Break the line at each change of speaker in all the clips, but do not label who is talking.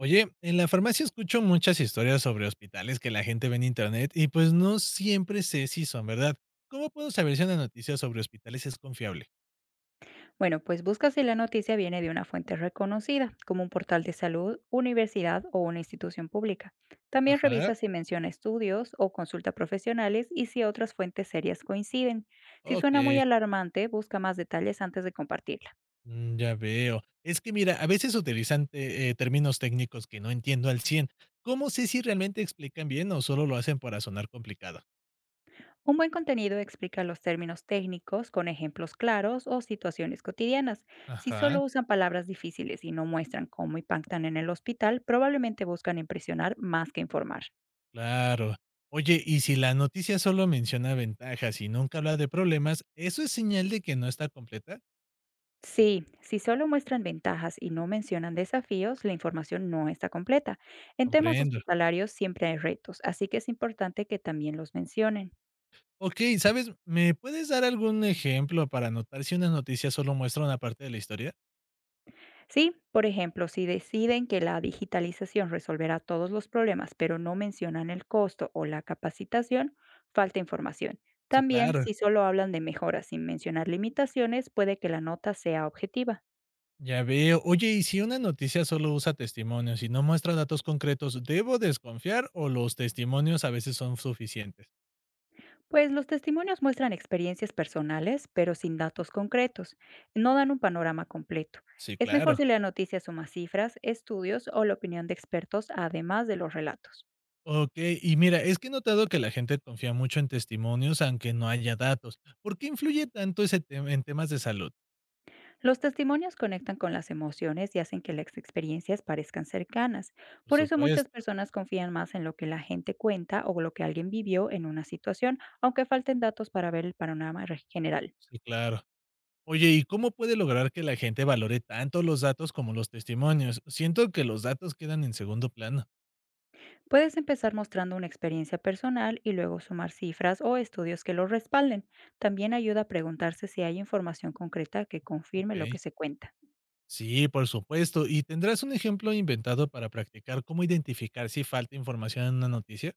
Oye, en la farmacia escucho muchas historias sobre hospitales que la gente ve en internet y pues no siempre sé si son verdad. ¿Cómo puedo saber si una noticia sobre hospitales es confiable?
Bueno, pues busca si la noticia viene de una fuente reconocida, como un portal de salud, universidad o una institución pública. También
Ajá,
revisa si menciona estudios o consulta profesionales y si otras fuentes serias coinciden. Si
ok,
suena muy alarmante, busca más detalles antes de compartirla.
ya veo. Es que mira, a veces utilizan términos técnicos que no entiendo al 100. ¿Cómo sé si realmente explican bien o solo lo hacen para sonar complicado?
Un buen contenido explica los términos técnicos con ejemplos claros o situaciones cotidianas. Si solo
Ajá,
usan palabras difíciles y no muestran cómo impactan en el hospital, probablemente buscan impresionar más que informar.
claro. Oye, y si la noticia solo menciona ventajas y nunca habla de problemas, ¿eso es señal de que no está completa?
Sí, si solo muestran ventajas y no mencionan desafíos, la información no está completa. En temas
Comprendo.
hospitalarios siempre hay retos, así que es importante que también los mencionen.
Okey, ¿sabes? ¿Me puedes dar algún ejemplo para notar si una noticia solo muestra una parte de la historia?
Sí, por ejemplo, si deciden que la digitalización resolverá todos los problemas, pero no mencionan el costo o la capacitación, falta información.
Sí,
También,
claro,
si solo hablan de mejoras sin mencionar limitaciones, puede que la nota sea objetiva.
ya veo. Oye, y si una noticia solo usa testimonios y no muestra datos concretos, ¿debo desconfiar o los testimonios a veces son suficientes?
Pues los testimonios muestran experiencias personales, pero sin datos concretos. No dan un panorama completo.
Sí,
Es
claro.
mejor si la noticia suma cifras, estudios o la opinión de expertos, además de los relatos.
Okey, y mira, es que he notado que la gente confía mucho en testimonios, aunque no haya datos. ¿Por qué influye tanto ese tema en temas de salud?
Los testimonios conectan con las emociones y hacen que las experiencias parezcan cercanas.
Por
Por eso muchas
supuesto,
personas confían más en lo que la gente cuenta o lo que alguien vivió en una situación, aunque falten datos para ver el general.
sí, claro. Oye, ¿y cómo puede lograr que la gente valore tanto los datos como los testimonios? Siento que los datos quedan en segundo plano.
Puedes empezar mostrando una experiencia personal y luego sumar cifras o estudios que lo respalden. También ayuda a preguntarse si hay información concreta que confirme lo
Ok.
que se cuenta.
Sí, por supuesto. ¿Y tendrás un ejemplo inventado para practicar cómo identificar si falta información en una noticia?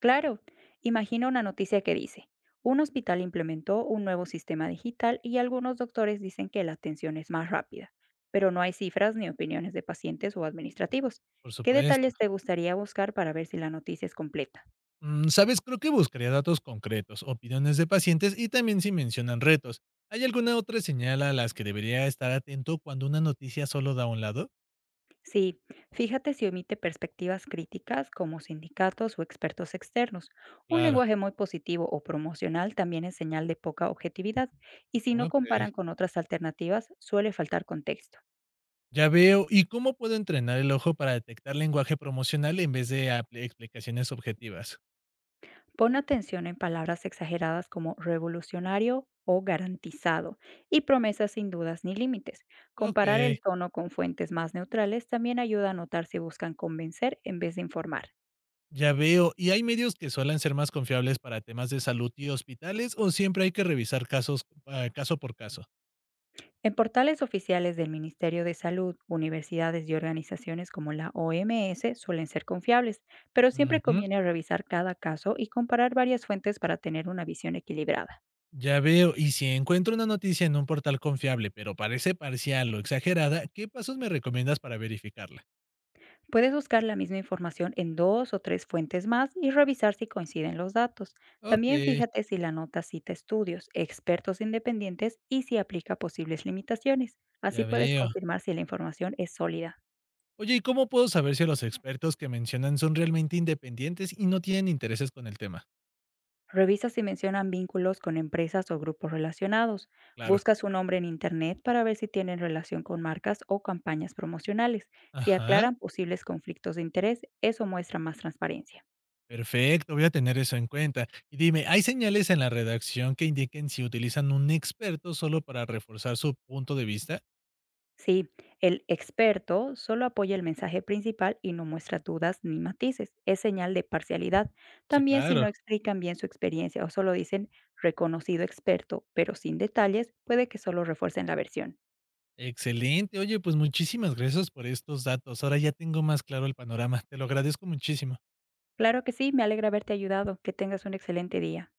Claro, imagina una noticia que dice, un hospital implementó un nuevo sistema digital y algunos doctores dicen que la atención es más rápida, pero no hay cifras ni opiniones de pacientes o administrativos.
Por
¿Qué
supuesto.
detalles te gustaría buscar para ver si la noticia es completa?
Mm, sabes, creo que buscaría datos concretos, opiniones de pacientes y también si mencionan retos. ¿Hay alguna otra señal a las que debería estar atento cuando una noticia solo da un lado?
Sí, fíjate si omite perspectivas críticas como sindicatos o expertos externos. Un
Claro.
lenguaje muy positivo o promocional también es señal de poca objetividad y si no
Ok.
comparan con otras alternativas suele faltar contexto.
Ya veo. ¿Y cómo puedo entrenar el ojo para detectar lenguaje promocional en vez de explicaciones objetivas?
Pon atención en palabras exageradas como revolucionario o garantizado y promesas sin dudas ni límites.
Ok,
Comparar el tono con fuentes más neutrales también ayuda a notar si buscan convencer en vez de informar.
ya veo. ¿Y hay medios que suelen ser más confiables para temas de salud y hospitales o siempre hay que revisar casos caso por caso?
En portales oficiales del Ministerio de Salud, universidades y organizaciones como la OMS suelen ser confiables, pero siempre
Ujú,
conviene revisar cada caso y comparar varias fuentes para tener una visión equilibrada.
ya veo. ¿Y si encuentro una noticia en un portal confiable, pero parece parcial o exagerada, qué pasos me recomiendas para verificarla?
Puedes buscar la misma información en dos o tres fuentes más y revisar si coinciden los datos.
Ok,
También fíjate si la nota cita estudios, expertos independientes y si aplica posibles limitaciones. Así
ya
puedes
veo.
confirmar si la información es sólida.
Oye, ¿y cómo puedo saber si los expertos que mencionan son realmente independientes y no tienen intereses con el tema?
Revisa si mencionan vínculos con empresas o grupos relacionados.
Claro.
Busca su nombre en Internet para ver si tienen relación con marcas o campañas promocionales. Si
Ajá,
aclaran posibles conflictos de interés, eso muestra más transparencia.
perfecto, voy a tener eso en cuenta. Y dime, ¿hay señales en la redacción que indiquen si utilizan un experto solo para reforzar su punto de vista?
Sí, el experto solo apoya el mensaje principal y no muestra dudas ni matices. Es señal de parcialidad.
Sí,
También si
claro.
no explican bien su experiencia o solo dicen reconocido experto, pero sin detalles, puede que solo refuercen la versión.
Excelente. Oye, pues muchísimas gracias por estos datos. Ahora ya tengo más claro el panorama. Te lo agradezco muchísimo.
Claro que sí, me alegra haberte ayudado. Que tengas un excelente día.